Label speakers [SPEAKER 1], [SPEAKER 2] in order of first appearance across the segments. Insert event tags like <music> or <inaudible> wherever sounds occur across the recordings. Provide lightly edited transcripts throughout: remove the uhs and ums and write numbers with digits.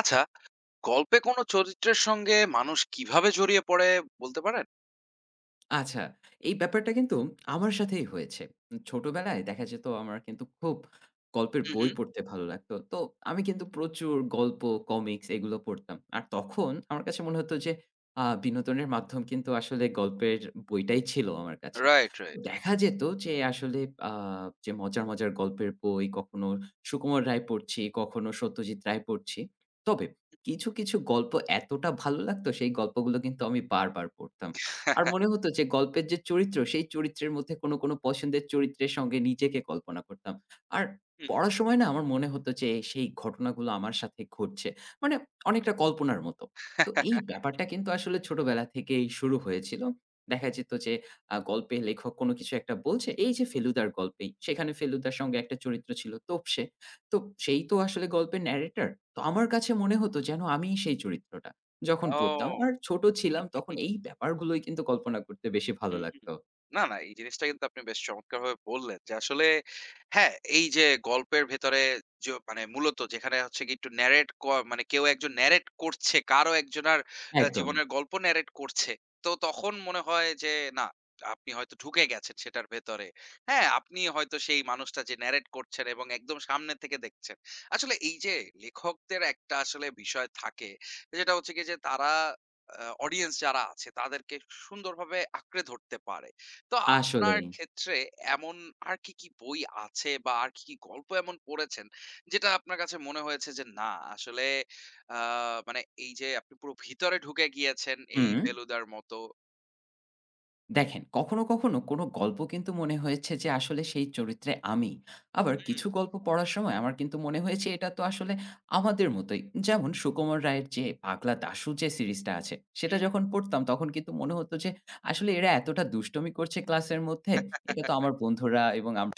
[SPEAKER 1] আচ্ছা, গল্পে কোনো চরিত্রের সঙ্গে মানুষ কিভাবে জড়িয়ে পড়ে বলতে পারেন?
[SPEAKER 2] আচ্ছা, এই ব্যাপারটা কিন্তু আমার সাথেই হয়েছে। ছোটবেলায় দেখা যেত আমার কিন্তু খুব গল্পের
[SPEAKER 1] হু,
[SPEAKER 2] বই
[SPEAKER 1] হু।
[SPEAKER 2] পড়তে ভালো লাগতো। তো আমি কিন্তু প্রচুর গল্প, কমিক্স এগুলো পড়তাম। আর তখন আমার কাছে মনে হতো যে বিনোদনের মাধ্যম কিন্তু আসলে গল্পের বইটাই ছিল আমার কাছে।
[SPEAKER 1] Right, right.
[SPEAKER 2] দেখা যেত যে আসলে আ যে মজার, মজার গল্পের বই কখনো সুকুমার রায় পড়ছি, কখনো সত্যজিৎ রায় পড়ছি। তবে কিছু, কিছু গল্প এতটা ভালো লাগতো সেই গল্পগুলো কিন্তু আমি বারবার পড়তাম। আর মনে হতো যে গল্পের যে চরিত্র, সেই চরিত্রের মধ্যে কোনো, কোনো পছন্দের চরিত্রের সঙ্গে নিজেকে কল্পনা করতাম। আর
[SPEAKER 1] হুম।
[SPEAKER 2] পড়ার সময় না আমার মনে হতো যে সেই ঘটনাগুলো আমার সাথে ঘটছে। মানে অনেকটা কল্পনার মতো। তো এই
[SPEAKER 1] <laughs>
[SPEAKER 2] ব্যাপারটা কিন্তু আসলে ছোটবেলা থেকেই শুরু হয়েছিল। দেখা যেত যে গল্পে লেখক কোনো কিছু একটা বলছে, এই যে ফেলুদার গল্পেই। সেখানে ফেলুদার সঙ্গে একটা চরিত্র ছিল তোপসে। তো সেই তো আসলে গল্পের ন্যারেটর। তো আমার কাছে মনে হতো যেন আমিই সেই চরিত্রটা। যখন পড়তাম
[SPEAKER 1] ও!
[SPEAKER 2] আর ছোট ছিলাম তখন এই ব্যাপারগুলোই কিন্তু কল্পনা করতে বেশি ভালো
[SPEAKER 1] হুম, হুম।
[SPEAKER 2] লাগতো।
[SPEAKER 1] না, না এই জিনিসটা কিন্তু আপনি বেশ চমৎকারভাবে বললেন যে আসলে হ্যাঁ, এই যে গল্পের ভেতরে মানে মূলত যেখানে হচ্ছে কি একটু ন্যারেট মানে কেউ একজন ন্যারেট করছে, কারো একজনার
[SPEAKER 2] একদম।
[SPEAKER 1] জীবনের গল্প ন্যারেট করছে। তো তখন মনে হয় যে না, আপনি হয়তো ঢুকে গেছেন সেটার ভেতরে। হ্যাঁ, আপনি হয়তো সেই মানুষটা যে ন্যারেট করছেন এবং একদম সামনে থেকে দেখছেন। আসলে এই যে লেখকদের একটা আসলে বিষয় থাকে, যেটা হচ্ছে গিয়ে যে তারা আ অডিয়েন্স যারা আছে তাদেরকে সুন্দরভাবে আঁকড়ে ধরতে পারে। তো আপনার
[SPEAKER 2] আসলেই।
[SPEAKER 1] ক্ষেত্রে এমন আর কি, কি বই আছে বা আর কি, কি গল্প এমন পড়েছেন যেটা আপনার কাছে মনে হয়েছে যে না আসলে আ মানে এই যে আপনি পুরো ভিতরে ঢুকে গিয়েছেন এই
[SPEAKER 2] হুম।
[SPEAKER 1] ফেলুদার মতো
[SPEAKER 2] দেখেন কখনো, কখনো কোনো গল্প কিন্তু মনে হয়েছে যে আসলে সেই চরিত্রে আমি। আবার
[SPEAKER 1] হুম,
[SPEAKER 2] কিছু গল্প পড়ার সময় আমার কিন্তু মনে হয়েছে এটা তো আসলে আমাদের মতোই। যেমন সুকুমার রায়ের যে 'পাগলা দাশু' যে সিরিজটা আছে সেটা
[SPEAKER 1] হুম,
[SPEAKER 2] যখন পড়তাম তখন কিন্তু মনে হতো যে আসলে এরা এতটা দুষ্টুমি করছে ক্লাসের মধ্যে। এটা তো আমার বন্ধুরা এবং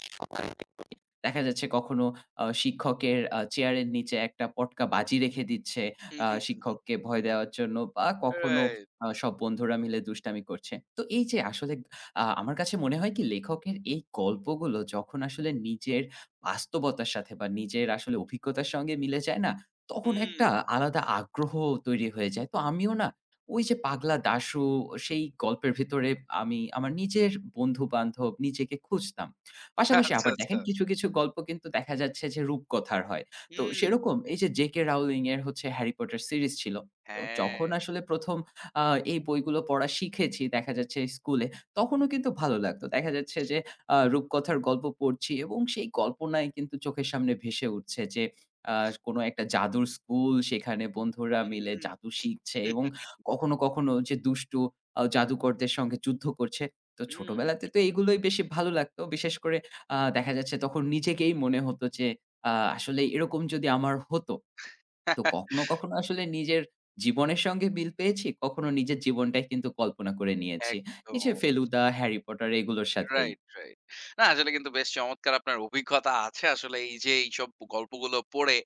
[SPEAKER 2] দেখা যাচ্ছে কখনো শিক্ষকের চেয়ারের নিচে একটা পটকা বাজি রেখে দিচ্ছে
[SPEAKER 1] হুম, হুম, হুম, হুম,
[SPEAKER 2] শিক্ষককে ভয় দেওয়ার জন্য বা কখনো
[SPEAKER 1] রাইট
[SPEAKER 2] সব বন্ধুরা মিলে দুষ্টামি করছে। তো এই যে আসলে আমার কাছে মনে হয় কি লেখকের এই গল্পগুলো যখন আসলে নিজের বাস্তবতার সাথে বা নিজের আসলে অভিজ্ঞতার সঙ্গে মিলে যায় না, তখন একটা
[SPEAKER 1] হুম,
[SPEAKER 2] আলাদা আগ্রহ তৈরি হয়ে যায়। তো আমিও না ওই যে 'পাগলা দাশু' সেই গল্পের ভেতরে আমি আমার নিজের বন্ধু-বান্ধব নিজেকে খুঁজতাম। পাশাপাশি
[SPEAKER 1] আচ্ছা,
[SPEAKER 2] আবার দেখেন
[SPEAKER 1] আচ্ছা।
[SPEAKER 2] কিছু, কিছু গল্প কিন্তু দেখা যাচ্ছে যে রূপকথার হয়। তো
[SPEAKER 1] হুম,
[SPEAKER 2] সেরকম এই যে জেকে রাউলিং এর হচ্ছে 'হ্যারি পটার' সিরিজ ছিল। তো
[SPEAKER 1] হ্যাঁ,
[SPEAKER 2] যখন আসলে ১ম আ এই বইগুলো পড়া শিখেছি দেখা যাচ্ছে স্কুলে, তখনও কিন্তু ভালো লাগতো। দেখা যাচ্ছে যে রূপকথার গল্প পড়ছি এবং সেই কল্পনায় কিন্তু চোখের সামনে ভেসে উঠছে যে আ কোনো একটা জাদুর স্কুল, সেখানে বন্ধুরা মিলে
[SPEAKER 1] হুম,
[SPEAKER 2] জাদু শিখছে এবং কখনো, কখনো যে দুষ্টু জাদুকরদের সঙ্গে যুদ্ধ করছে। তো
[SPEAKER 1] হুম,
[SPEAKER 2] ছোটবেলাতে তো এগুলোই বেশি ভালো লাগতো। বিশেষ করে দেখা যাচ্ছে তখন নিজেকেই মনে হতো যে আসলে এরকম যদি আমার হতো। তো
[SPEAKER 1] <laughs>
[SPEAKER 2] কখনো, কখনো আসলে নিজের জীবনের সঙ্গে মিল পেয়েছি, কখনো নিজের জীবনটাই কিন্তু কল্পনা করে নিয়েছি। এই যে
[SPEAKER 1] একদম।
[SPEAKER 2] ফেলুদা, হ্যারি পটার এগুলোর সাথেই।
[SPEAKER 1] Right, right. না আসলে কিন্তু বেশ চমৎকার আপনার অভিজ্ঞতা আছে আসলে এই যে এইসব গল্পগুলো পড়ে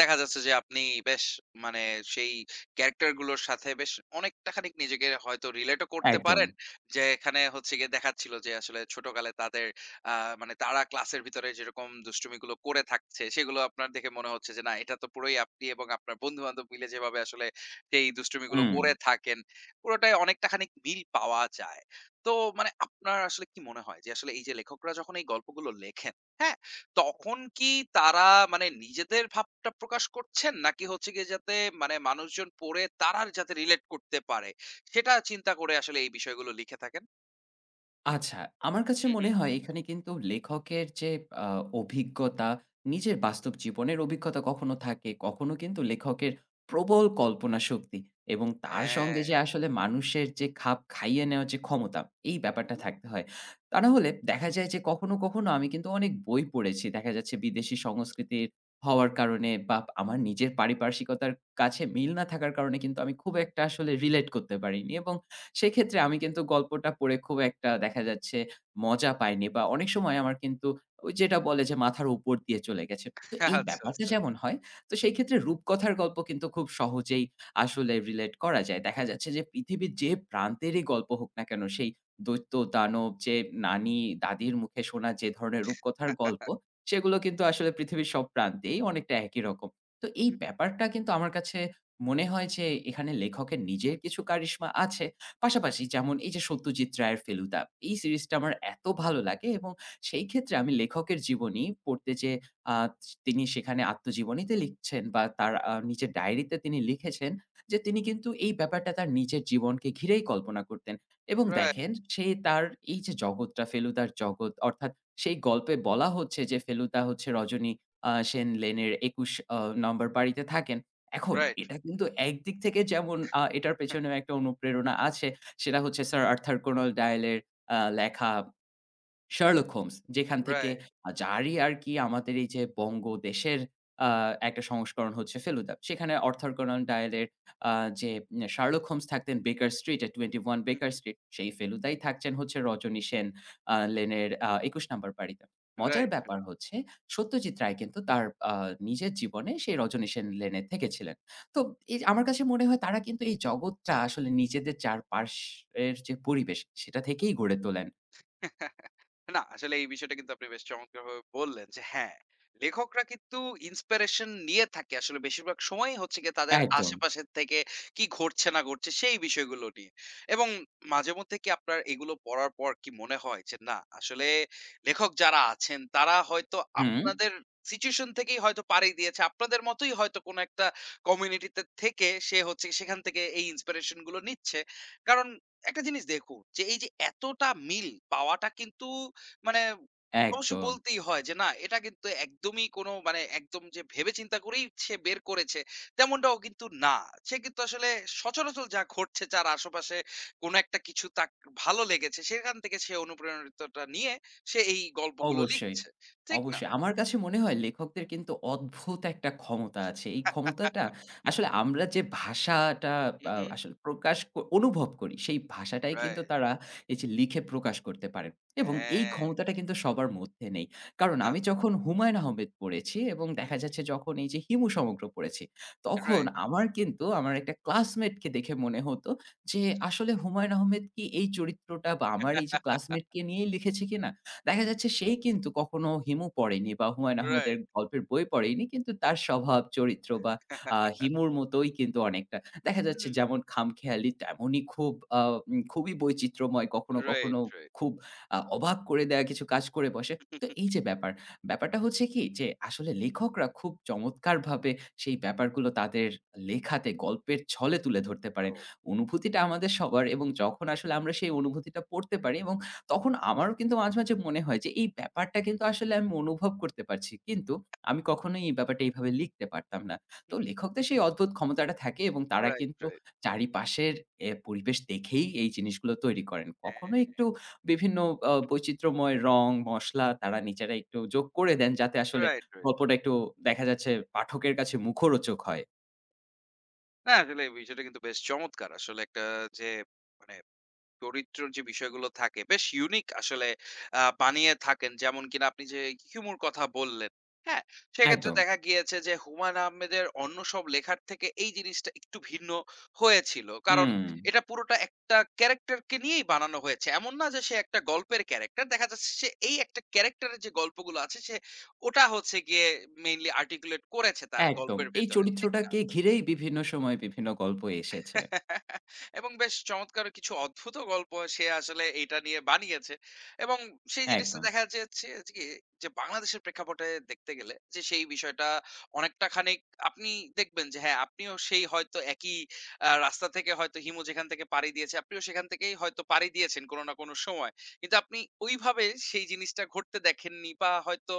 [SPEAKER 1] দেখা যাচ্ছে যে আপনি বেশ মানে সেই ক্যারেক্টার গুলোর সাথে বেশ অনেকটা খানিক নিজেকে হয়তো রিলেটও করতে
[SPEAKER 2] একদম।
[SPEAKER 1] পারেন। যে এখানে হচ্ছে গিয়ে দেখাচ্ছিল যে আসলে ছোটকালে তাদের আ মানে তারা ক্লাসের ভিতরে যেরকম দুষ্টুমিগুলো করে থাকছে সেগুলো আপনার দেখে মনে হচ্ছে যে না এটা তো পুরোই আপনি এবং আপনার বন্ধু-বান্ধব মিলে যেভাবে আসলে সেই দুষ্টুমিগুলো
[SPEAKER 2] হুম।
[SPEAKER 1] করে থাকেন পুরোটাই অনেকটা খানিক মিল পাওয়া যায়। তো মানে আপনার আসলে কি মনে হয় যে আসলে এই যে লেখকরা যখন এই গল্পগুলো লেখেন, হ্যাঁ? তখন কি তারা মানে নিজেদের ভাবটা প্রকাশ করছেন? নাকি হচ্ছে গিয়ে যাতে মানে মানুষজন পড়ে তারা যাতে রিলেট করতে পারে, সেটা চিন্তা করে আসলে এই বিষয়গুলো লিখে থাকেন?
[SPEAKER 2] আচ্ছা, আমার কাছে
[SPEAKER 1] হুম,
[SPEAKER 2] মনে
[SPEAKER 1] হুম।
[SPEAKER 2] হয় এখানে কিন্তু লেখকের যে আ অভিজ্ঞতা, নিজের বাস্তব জীবনের অভিজ্ঞতা কখনো থাকে, কখনো কিন্তু লেখকের প্রবল কল্পনা শক্তি এবং তার সঙ্গে
[SPEAKER 1] হ্যাঁ।
[SPEAKER 2] যে আসলে মানুষের যে খাপ খাইয়ে নেওয়ার যে ক্ষমতা, এই
[SPEAKER 1] হুম,
[SPEAKER 2] ব্যাপারটা
[SPEAKER 1] হুম।
[SPEAKER 2] থাকতে হয়। তা না হলে দেখা যায় যে কখনো, কখনো আমি কিন্তু অনেক বই পড়েছি। দেখা যাচ্ছে বিদেশি সংস্কৃতির হওয়ার কারণে বা আমার নিজের পারিপার্শ্বিকতার কাছে মিল না থাকার কারণে কিন্তু আমি খুব একটা আসলে রিলেট করতে পারিনি এবং সেক্ষেত্রে আমি কিন্তু গল্পটা পড়ে খুব একটা দেখা যাচ্ছে মজা পাইনি বা অনেক সময় আমার কিন্তু ওই যেটা বলে যে মাথার উপর দিয়ে চলে গেছে। তো এই
[SPEAKER 1] <laughs> আচ্ছা,
[SPEAKER 2] ব্যাপারটা
[SPEAKER 1] আচ্ছা।
[SPEAKER 2] যেমন হয়, তো সেই ক্ষেত্রে রূপকথার গল্প কিন্তু খুব সহজেই আসলে রিলেট করা যায়। দেখা যাচ্ছে যে পৃথিবীর যে প্রান্তেরই গল্প হোক না কেন, সেই দৈত্য, দানব যে নানি, দাদির মুখে শোনা যে ধরনের রূপকথার গল্প, সেগুলো কিন্তু আসলে পৃথিবীর সব প্রান্তেই অনেকটা একই রকম। তো এই ব্যাপারটা কিন্তু আমার কাছে মনে হয় যে এখানে লেখকের নিজের কিছু কারিশমা আছে। পাশাপাশি যেমন এই যে সত্যজিৎ রায়ের ফেলুদা এই সিরিজটা আমার এত ভালো লাগে এবং সেই ক্ষেত্রে আমি লেখকের জীবনী পড়তে যে আ তিনি সেখানে আত্মজীবনীতে লিখছেন বা তার নিজের ডায়েরিতে তিনি লিখেছেন যে তিনি কিন্তু এই ব্যাপারটা তার নিজের জীবনকে ঘিরেই কল্পনা করতেন এবং
[SPEAKER 1] রাইট,
[SPEAKER 2] দেখেন সে তার এই যে জগৎটা ফেলুদার জগৎ অর্থাৎ সেই গল্পে বলা হচ্ছে যে ফেলুদা হচ্ছে রজনী সেন লেনের ২১ নম্বর বাড়িতে থাকেন। এখন
[SPEAKER 1] রাইট,
[SPEAKER 2] এটা কিন্তু একদিক থেকে যেমন এটার পেছনেও একটা অনুপ্রেরণা আছে। সেটা হচ্ছে স্যার আর্থার কোনান ডয়েলের লেখা 'Sherlock Holmes', যেখান থেকে
[SPEAKER 1] রাইট। <laughs>
[SPEAKER 2] যারই আরকি আমাদের এই যে বঙ্গদেশের আ একটা সংস্করণ হচ্ছে 'ফেলুদা'। সেখানে Arthur Conan Doyle এর আ যে 'Sherlock Holmes' থাকতেন 'Baker Street' এ 21
[SPEAKER 1] হুম,
[SPEAKER 2] Baker
[SPEAKER 1] হুম।
[SPEAKER 2] Street, সেই 'ফেলুদা'-ই থাকছেন হচ্ছে 'রজনী সেন' লেনের ২১ নাম্বার বাড়িতে। মজার
[SPEAKER 1] রাইট,
[SPEAKER 2] ব্যাপার
[SPEAKER 1] রাইট।
[SPEAKER 2] হচ্ছে সত্যজিৎ রায় কিন্তু তার আ নিজের জীবনে সেই 'রজনী সেন লেনে' থেকেছিলেন। তো এই আমার কাছে মনে হয় তারা কিন্তু এই জগৎটা আসলে নিজেদের চারপাশের যে পরিবেশ সেটা থেকেই গড়ে তোলেন।
[SPEAKER 1] না আসলে এই বিষয়টা কিন্তু আপনি বেশ চমৎকারভাবে বললেন যে হ্যাঁ, লেখকরা কিন্তু ইন্সপিরেশন নিয়ে থাকে আসলে বেশিরভাগ সময়ই হচ্ছে গিয়ে তাদের
[SPEAKER 2] একদম।
[SPEAKER 1] আশেপাশের থেকে কি ঘটছে না ঘটছে সেই বিষয়গুলো নিয়ে। এবং মাঝেমধ্যে কি আপনার এগুলো পড়ার পর কি মনে হয় যে না আসলে লেখক যারা আছেন তারা হয়তো
[SPEAKER 2] হুম,
[SPEAKER 1] আপনাদের সিচুয়েশন থেকেই হয়তো পাড়ি দিয়েছে। আপনাদের মতোই হয়তো কোনো একটা কমিউনিটিতে থেকে সে হচ্ছে সেখান থেকে এই ইন্সপিরেশন গুলো নিচ্ছে। কারণ একটা জিনিস দেখুন যে এই যে এতটা মিল পাওয়াটা কিন্তু মানে অবশ্য
[SPEAKER 2] একদম।
[SPEAKER 1] বলতেই হয় যে না এটা কিন্তু একদমই কোনো মানে একদম যে ভেবে চিন্তা করেই সে বের করেছে তেমনটাও কিন্তু না সে কিন্তু আসলে সচরাচর যা ঘটছে যার আশেপাশে কোনো একটা কিছু তার ভালো লেগেছে সেখান থেকে সে অনুপ্রেরণাটা নিয়ে সে এই গল্পগুলো
[SPEAKER 2] অবশ্যই,
[SPEAKER 1] লিখছে ঠিক না
[SPEAKER 2] অবশ্যই। আমার কাছে মনে হয় লেখকদের কিন্তু অদ্ভুত একটা ক্ষমতা আছে। এই ক্ষমতাটা
[SPEAKER 1] <laughs>
[SPEAKER 2] আসলে আমরা যে ভাষাটা
[SPEAKER 1] হুম হুম
[SPEAKER 2] আসলে প্রকাশ ক অনুভব করি, সেই ভাষাটাই কিন্তু
[SPEAKER 1] রাইট
[SPEAKER 2] তারা এই যে লিখে প্রকাশ করতে পারেন এবং এই
[SPEAKER 1] হ্যাঁ
[SPEAKER 2] ক্ষমতাটা কিন্তু সবার মধ্যে নেই। কারণ আমি
[SPEAKER 1] না
[SPEAKER 2] যখন হুমায়ূন আহমেদ পড়েছি এবং দেখা যাচ্ছে যখন এই যে হিমু সমগ্র পড়েছি, তখন
[SPEAKER 1] রাইট
[SPEAKER 2] আমার কিন্তু আমার একটা ক্লাসমেটকে দেখে মনে হতো যে আসলে হুমায়ূন আহমেদ কি এই চরিত্রটা বা আমার এই যে ক্লাসমেটকে নিয়েই লিখেছে কিনা? দেখা যাচ্ছে সে কিন্তু কখনো হিমু পড়েনি বা হুমায়ূন
[SPEAKER 1] রাইট
[SPEAKER 2] আহমেদের
[SPEAKER 1] রাইট
[SPEAKER 2] গল্পের বই পড়েনি। কিন্তু তার স্বভাব, চরিত্র বা হিমুর মতোই কিন্তু অনেকটা। দেখা যাচ্ছে যেমন খামখেয়ালি তেমনই খুব আ খুবই বৈচিত্র্যময়। কখনো, কখনো
[SPEAKER 1] রাইট
[SPEAKER 2] খুব অবাক করে দেয়া কিছু কাজ করে বসে। তো
[SPEAKER 1] রাইট
[SPEAKER 2] এই যে ব্যাপারটা হচ্ছে কি যে আসলে লেখকরা খুব চমৎকারভাবে সেই ব্যাপারগুলো তাদের লেখাতে গল্পের ছলে তুলে ধরতে পারেন।
[SPEAKER 1] <laughs>
[SPEAKER 2] অনুভূতিটা আমাদের সবার এবং যখন আসলে আমরা সেই অনুভূতিটা পড়তে পারি এবং তখন আমারও কিন্তু মাঝে, মাঝে মনে হয় যে এই ব্যাপারটা কিন্তু আসলে আমি অনুভব করতে পারছি। কিন্তু আমি কখনোই এই ব্যাপারটা এইভাবে লিখতে পারতাম না। তো লেখকদের সেই অদ্ভুত ক্ষমতাটা থাকে এবং তারা
[SPEAKER 1] রাইট,
[SPEAKER 2] কিন্তু
[SPEAKER 1] রাইট।
[SPEAKER 2] চারিপাশের এ পরিবেশ দেখেই এই জিনিসগুলো তৈরি করেন। কখনো
[SPEAKER 1] হ্যাঁ,
[SPEAKER 2] একটু বিভিন্ন বৈচিত্র্যময় রং, মসলা তারা নিজেরা একটু যোগ করে দেন যাতে আসলে
[SPEAKER 1] রাইট, রাইট।
[SPEAKER 2] গল্পটা একটু দেখা যাচ্ছে পাঠকের কাছে মুখরোচক হয়।
[SPEAKER 1] না আসলে এই বিষয়টা কিন্তু বেশ চমৎকার। আসলে একটা যে মানে চরিত্রর যে বিষয়গুলো থাকে বেশ ইউনিক আসলে বানিয়ে থাকেন। যেমন কিনা আপনি যে হিউমর কথা বললেন, হ্যাঁ? সেক্ষেত্রে
[SPEAKER 2] একদম।
[SPEAKER 1] দেখা গিয়েছে যে হুমায়ূন আহমেদের অন্য সব লেখার থেকে এই জিনিসটা একটু ভিন্ন হয়েছিল। কারণ
[SPEAKER 2] হুম,
[SPEAKER 1] এটা পুরোটা একটা ক্যারাক্টারকে নিয়েই বানানো হয়েছে। এমন না যে সে একটা গল্পের ক্যারাক্টার। দেখা যাচ্ছে সে এই একটা ক্যারাক্টারের যে গল্পগুলো আছে সে ওটা হচ্ছে গিয়ে মেইনলি আর্টিকুলেট করেছে তার
[SPEAKER 2] একদম।
[SPEAKER 1] গল্পের
[SPEAKER 2] এই
[SPEAKER 1] ভেতরে। ঠিক না?
[SPEAKER 2] চরিত্রটাকে ঘিরেই বিভিন্ন সময় বিভিন্ন গল্প এসেছে।
[SPEAKER 1] এবং বেশ চমৎকার কিছু অদ্ভুত গল্প সে আসলে এটা নিয়ে বানিয়েছে। এবং সেই জিনিসটা
[SPEAKER 2] একদম।
[SPEAKER 1] দেখা যাচ্ছে কি যে বাংলাদেশের প্রেক্ষাপটে দেখতে গেলে যে সেই বিষয়টা অনেকটা খানিক আপনি দেখবেন যে হ্যাঁ, আপনিও সেই হয়তো একই রাস্তা থেকে হয়তো হিমু যেখান থেকে পাড়ি দিয়েছে, আপনিও সেখান থেকেই হয়তো পাড়ি দিয়েছেন কোনো না কোনো সময়। কিন্তু আপনি ওইভাবে সেই জিনিসটা ঘটতে দেখেননি বা হয়তো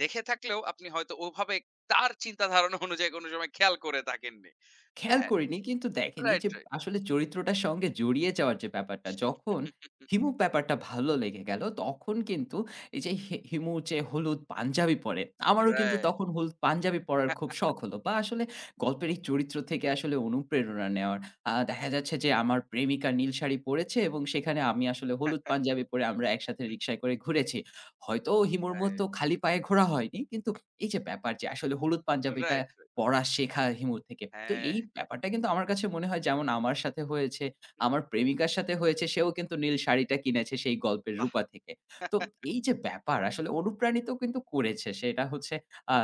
[SPEAKER 1] দেখে থাকলেও আপনি হয়তো ওভাবে তার চিন্তা ধারণা অনুযায়ী কোনো সময় খেয়াল করে থাকেননি।
[SPEAKER 2] খেয়াল
[SPEAKER 1] হ্যাঁ,
[SPEAKER 2] করিনি কিন্তু দেখেন এই
[SPEAKER 1] রাইট,
[SPEAKER 2] যে আসলে চরিত্রটার সঙ্গে জড়িয়ে যাওয়ার যে ব্যাপারটা, যখন
[SPEAKER 1] রাইট।
[SPEAKER 2] হিমুর ব্যাপারটা ভালো লেগে গেল, তখন কিন্তু এই যে হিমু যে হলুদ পাঞ্জাবি পরে, আমারও কিন্তু
[SPEAKER 1] রাইট,
[SPEAKER 2] তখন হলুদ পাঞ্জাবি পরার খুব শখ হলো বা আসলে গল্পের এই চরিত্র থেকে আসলে অনুপ্রেরণা নেওয়ার। দেখা যাচ্ছে যে আমার প্রেমিকা নীল শাড়ি পরেছে এবং সেখানে আমি আসলে হলুদ পাঞ্জাবি পরে আমরা একসাথে রিক্সায় করে ঘুরেছি। হয়তো হিমুর মতো
[SPEAKER 1] রাইট,
[SPEAKER 2] খালি পায়ে ঘোরা হয়নি। কিন্তু এই যে ব্যাপার যে আসলে হলুদ পাঞ্জাবিটা
[SPEAKER 1] রাইট, রাইট।
[SPEAKER 2] পড়া শেখা হিমুর থেকে। তো
[SPEAKER 1] হ্যাঁ,
[SPEAKER 2] এই ব্যাপারটা কিন্তু আমার কাছে মনে হয় যেমন আমার সাথে হয়েছে,
[SPEAKER 1] হুম, হুম,
[SPEAKER 2] আমার প্রেমিকার সাথে হয়েছে, সেও কিন্তু নীল শাড়িটা কিনেছে সেই গল্পের
[SPEAKER 1] বাহ!
[SPEAKER 2] রূপা থেকে। তো এই যে ব্যাপার আসলে অনুপ্রাণিত কিন্তু করেছে। সেটা হচ্ছে আ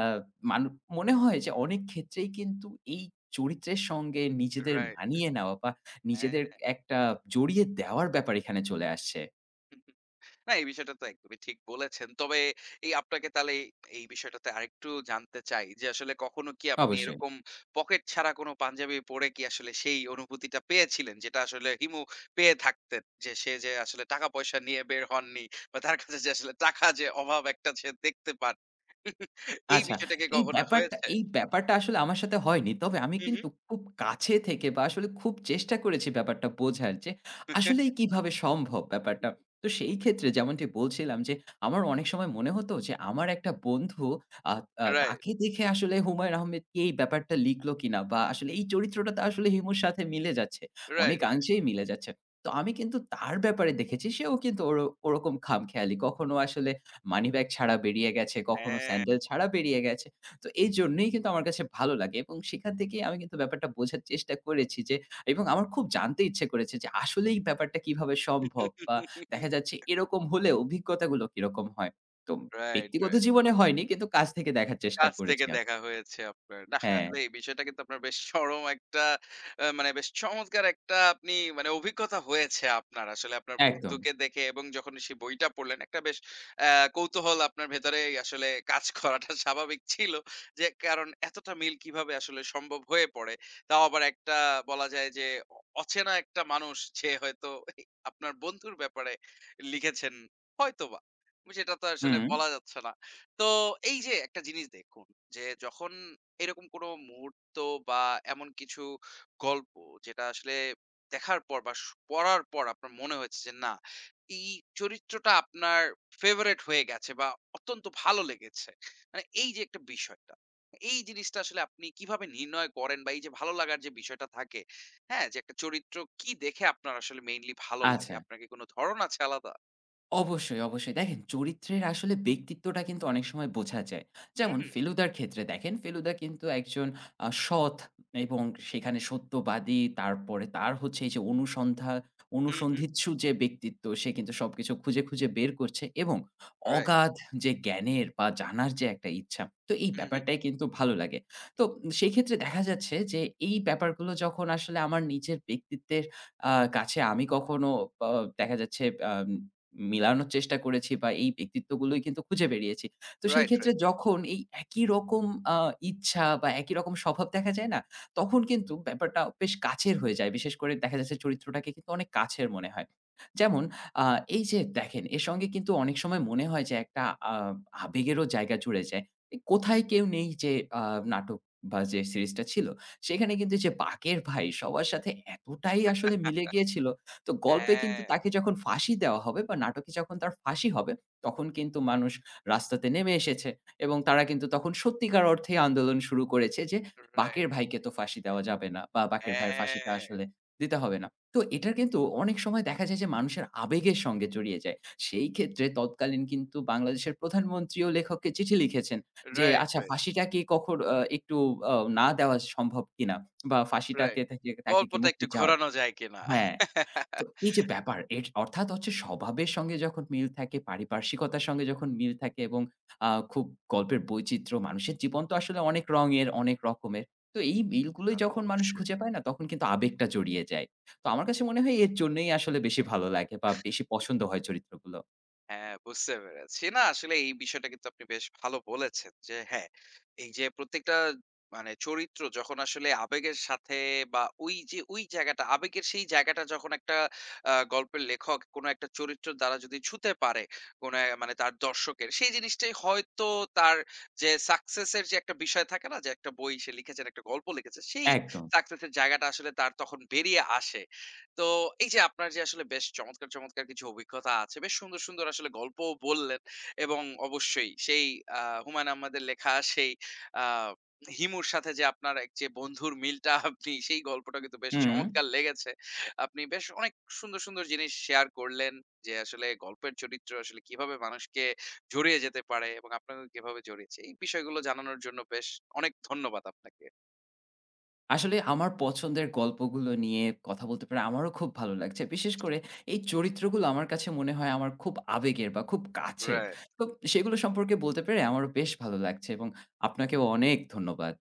[SPEAKER 2] মানু মনে হয় যে অনেক ক্ষেত্রেই কিন্তু এই চরিত্রের সঙ্গে
[SPEAKER 1] রাইট,
[SPEAKER 2] নিজেদের
[SPEAKER 1] রাইট।
[SPEAKER 2] মানিয়ে নেওয়া বা নিজেদের
[SPEAKER 1] হ্যাঁ।
[SPEAKER 2] একটা জড়িয়ে দেওয়ার ব্যাপার এখানে চলে আসছে।
[SPEAKER 1] হুম, হুম। না এই বিষয়টা তো একদমই ঠিক বলেছেন। তবে এই আপনাকে তাহলে এই এই বিষয়টাতে আরেকটু জানতে চাই যে আসলে কখনো কি আপনি
[SPEAKER 2] অবশ্যই।
[SPEAKER 1] এরকম পকেট ছাড়া কোনো পাঞ্জাবি পরে কি আসলে সেই অনুভূতিটা পেয়েছিলেন? যেটা আসলে হিমু পেয়ে থাকতেন। যে সে যে আসলে টাকা পয়সা নিয়ে বের হননি বা তার কাছে যে আসলে টাকা যে অভাব একটা সে দেখতে পান। এই
[SPEAKER 2] আচ্ছা।
[SPEAKER 1] বিষয়টা কি কখনো হয়েছে?
[SPEAKER 2] এই ব্যাপারটা আসলে আমার সাথে হয়নি। তবে আমি
[SPEAKER 1] হুম,
[SPEAKER 2] কিন্তু
[SPEAKER 1] হুম।
[SPEAKER 2] খুব কাছে থেকে বা আসলে খুব চেষ্টা করেছি ব্যাপারটা বোঝার যে, আসলেই
[SPEAKER 1] <laughs>
[SPEAKER 2] কিভাবে সম্ভব ব্যাপারটা। তো সেই ক্ষেত্রে যেমনটি বলছিলাম যে, আমার অনেক সময় মনে হতো যে, আমার একটা বন্ধু আ আ
[SPEAKER 1] রাইট, রাইট,
[SPEAKER 2] তাকে দেখে আসলে হুমায়ূন আহমেদ কি এই ব্যাপারটা লিখলো কিনা বা আসলে এই চরিত্রটা তো আসলে হিমুর সাথে মিলে যাচ্ছে।
[SPEAKER 1] রাইট।
[SPEAKER 2] অনেকাংশেই মিলে যাচ্ছে। তো আমি কিন্তু তার ব্যাপারে দেখেছি সেও কিন্তু ওর ওরকম খামখেয়ালি। কখনো আসলে মানি ব্যাগ ছাড়া বেরিয়ে গেছে, কখনো
[SPEAKER 1] হ্যাঁ।
[SPEAKER 2] স্যান্ডেল ছাড়া বেরিয়ে গেছে। তো এইজন্যই কিন্তু আমার কাছে ভালো লাগে এবং সেখান থেকেই আমি কিন্তু ব্যাপারটা বোঝার চেষ্টা করেছি যে এবং আমার খুব জানতে ইচ্ছে করেছে যে আসলেই ব্যাপারটা কিভাবে সম্ভব বা দেখা
[SPEAKER 1] <laughs>
[SPEAKER 2] যাচ্ছে এরকম হলে অভিজ্ঞতাগুলো কিরকম হয়। তো
[SPEAKER 1] রাইট,
[SPEAKER 2] ব্যক্তিগত
[SPEAKER 1] রাইট।
[SPEAKER 2] জীবনে হয়নি কিন্তু কাজ থেকে দেখার চেষ্টা
[SPEAKER 1] কাছ
[SPEAKER 2] করেছি
[SPEAKER 1] থেকে
[SPEAKER 2] আমি।
[SPEAKER 1] দেখা হয়েছে আপনার। নাহ,
[SPEAKER 2] হ্যাঁ,
[SPEAKER 1] আসলে এই বিষয়টা কিন্তু আপনার বেশ চরম একটা মানে বেশ চমৎকার একটা আপনি মানে অভিজ্ঞতা হয়েছে আপনার। আসলে আপনার
[SPEAKER 2] একদম।
[SPEAKER 1] বন্ধুকে দেখে এবং যখন সেই বইটা পড়লেন একটা বেশ আ কৌতূহল আপনার ভেতরেই আসলে কাজ করাটা <laughs> স্বাভাবিক ছিল। যে কারণ এতটা মিল কিভাবে আসলে সম্ভব হয়ে পড়ে। তাও আবার একটা বলা যায় যে অ অচেনা একটা মানুষ যে হয়তো আপনার বন্ধুর ব্যাপারে লিখেছেন হয়তোবা। সেটা তো আসলে
[SPEAKER 2] হুম,
[SPEAKER 1] বলা যাচ্ছে না। তো এই যে একটা জিনিস দেখুন যে যখন এরকম কোনো মুহূর্ত বা এমন কিছু গল্প যেটা আসলে দেখার পর বা পড়ার পর আপনার মনে হয়েছে যে না এই চরিত্রটা আপনার ফেভারেট হয়ে গেছে বা অত্যন্ত ভালো লেগেছে মানে এই যে একটা বিষয়টা এই জিনিসটা আসলে আপনি কিভাবে নির্ণয় করেন বা এই যে ভালো লাগার যে বিষয়টা থাকে হ্যাঁ যে একটা চরিত্র কি দেখে আপনার আসলে মেইনলি ভালো লাগে
[SPEAKER 2] আচ্ছা।
[SPEAKER 1] আপনার কি কোনো ধরন আছে আলাদা
[SPEAKER 2] অবশ্যই, অবশ্যই। দেখেন চরিত্রের আসলে ব্যক্তিত্বটা কিন্তু অনেক সময় বোঝা যায়। যেমন
[SPEAKER 1] হুম
[SPEAKER 2] ফেলুদার ক্ষেত্রে দেখেন ফেলুদা কিন্তু একজন সৎ এবং সেখানে সত্যবাদী তারপরে তার হচ্ছে এই যে
[SPEAKER 1] হুম হুম
[SPEAKER 2] অনুসন্ধিৎসু যে ব্যক্তিত্ব সে কিন্তু সবকিছু খুঁজে, খুঁজে বের করছে এবং
[SPEAKER 1] রাইট
[SPEAKER 2] অগাধ যে জ্ঞানের বা জানার যে একটা ইচ্ছা তো এই
[SPEAKER 1] হুম হুম
[SPEAKER 2] ব্যাপারটাই কিন্তু ভালো লাগে। তো সেই ক্ষেত্রে দেখা যাচ্ছে যে এই ব্যাপারগুলো যখন আসলে আমার নিজের ব্যক্তিত্বের আ কাছে আমি কখনো প দেখা যাচ্ছে আম মিলানোর চেষ্টা করেছি বা এই ব্যক্তিত্বগুলোই কিন্তু খুঁজে বেরিয়েছি। তো সেই
[SPEAKER 1] রাইট
[SPEAKER 2] ক্ষেত্রে যখন এই একই রকম আ ইচ্ছা বা একই রকম স্বভাব দেখা যায় না? তখন কিন্তু ব্যাপারটা বেশ কাছের হয়ে যায়। বিশেষ করে দেখা যাচ্ছে চরিত্রটাকে কিন্তু অনেক কাছের মনে হয়। যেমন আ এই যে দেখেন এর সঙ্গে কিন্তু অনেক সময় মনে হয় যে একটা আ আবেগেরও জায়গা জুড়ে যায়। এই 'কোথায় কেউ নেই' যে আ নাটক বা যে সিরিজটা ছিল সেখানে কিন্তু যে 'বাকের ভাই' সবার সাথে এতটাই আসলে মিলে গিয়েছিল তো গল্পে কিন্তু
[SPEAKER 1] হ্যাঁ,
[SPEAKER 2] তাকে যখন ফাঁসি দেওয়া হবে বা নাটকে যখন তার ফাঁসি হবে, তখন কিন্তু মানুষ রাস্তাতে নেমে এসেছে এবং তারা কিন্তু তখন সত্যিকার অর্থেই আন্দোলন শুরু করেছে যে, বাকের
[SPEAKER 1] রাইট।
[SPEAKER 2] ভাইকে তো ফাঁসি দেওয়া যাবে না বা বাকের ভাইয়ের ফাঁসিটা
[SPEAKER 1] হ্যাঁ,
[SPEAKER 2] আসলে দিতে হবে না। তো এটা কিন্তু অনেক সময় দেখা যায় যে মানুষের আবেগের সঙ্গে জড়িয়ে যায়। সেই ক্ষেত্রে তৎকালীন কিন্তু বাংলাদেশের প্রধানমন্ত্রীও লেখককে চিঠি লিখেছেন যে,
[SPEAKER 1] রাইট,
[SPEAKER 2] আচ্ছা
[SPEAKER 1] রাইট,
[SPEAKER 2] ফাঁসিটা কি কখন একটু না দেওয়া সম্ভব কিনা? বা ফাঁসিটাকে
[SPEAKER 1] রাইট।
[SPEAKER 2] তাকে তাকে কি
[SPEAKER 1] গল্পটা
[SPEAKER 2] মুক্তি
[SPEAKER 1] একটু
[SPEAKER 2] চাওয়া।
[SPEAKER 1] ঘোরানো যায় কিনা?
[SPEAKER 2] হ্যাঁ। তো এই যে ব্যাপার এর অর্থাৎ হচ্ছে স্বভাবের সঙ্গে যখন মিল থাকে, পারিপার্শ্বিকতার সঙ্গে যখন মিল থাকে এবং খুব গল্পের বৈচিত্র্য মানুষের জীবন তো আসলে অনেক রঙের, অনেক রকমের। তো এই মিলগুলোই
[SPEAKER 1] তা তো
[SPEAKER 2] যখন মানুষ
[SPEAKER 1] অবশ্যই।
[SPEAKER 2] খুঁজে পায় না তখন কিন্তু আবেগটা জড়িয়ে যায়। তো আমার কাছে মনে হয় এর জন্যই আসলে বেশি ভালো লাগে বা বেশি পছন্দ হয় চরিত্রগুলো।
[SPEAKER 1] হ্যাঁ, বুঝতে পেরেছি। না আসলে এই বিষয়টা কিন্তু আপনি বেশ ভালো বলেছেন যে হ্যাঁ, এই যে প্রত্যেকটা মানে চরিত্র যখন আসলে আবেগের সাথে বা ওই যে ওই জায়গাটা আবেগের সেই জায়গাটা যখন একটা গল্পের লেখক কোন একটা চরিত্রের দ্বারা যদি ছুঁতে পারে, কোন মানে তার দর্শকের সেই জিনিসটাই হয়তো তার যে সাকসেস এর যে একটা বিষয় থাকে না যে একটা বই সে লিখেছেন, একটা গল্প লিখেছে সেই
[SPEAKER 2] একদম।
[SPEAKER 1] সাকসেস এর জায়গাটা আসলে তার তখন বেরিয়ে আসে। তো এই যে আপনার যে আসলে বেশ চমৎকার, চমৎকার কিছু অভিজ্ঞতা আছে। বেশ সুন্দর, সুন্দর আসলে গল্পও বললেন এবং অবশ্যই সেই হুমায়ূন আহমেদের লেখা সেই আ হিমুর সাথে যে আপনার এক যে বন্ধুর মিলটা আপনি সেই গল্পটা কিন্তু বেশ
[SPEAKER 2] হুম।
[SPEAKER 1] চমৎকার লেগেছে। আপনি বেশ অনেক সুন্দর, সুন্দর জিনিস শেয়ার করলেন যে আসলে গল্পের চরিত্র আসলে কিভাবে মানুষকে জড়িয়ে যেতে পারে এবং আপনাকে কিভাবে জড়িয়েছে। এই বিষয়গুলো জানানোর জন্য বেশ অনেক ধন্যবাদ আপনাকে।
[SPEAKER 2] আসলে আমার পছন্দের গল্পগুলো নিয়ে কথা বলতে পেরে আমারও খুব ভালো লাগছে। বিশেষ করে এই চরিত্রগুলো আমার কাছে মনে হয় আমার খুব আবেগের বা খুব কাছের।
[SPEAKER 1] রাইট।
[SPEAKER 2] তো সেগুলো সম্পর্কে বলতে পেরে আমারও বেশ ভালো লাগছে এবং আপনাকেও অনেক ধন্যবাদ।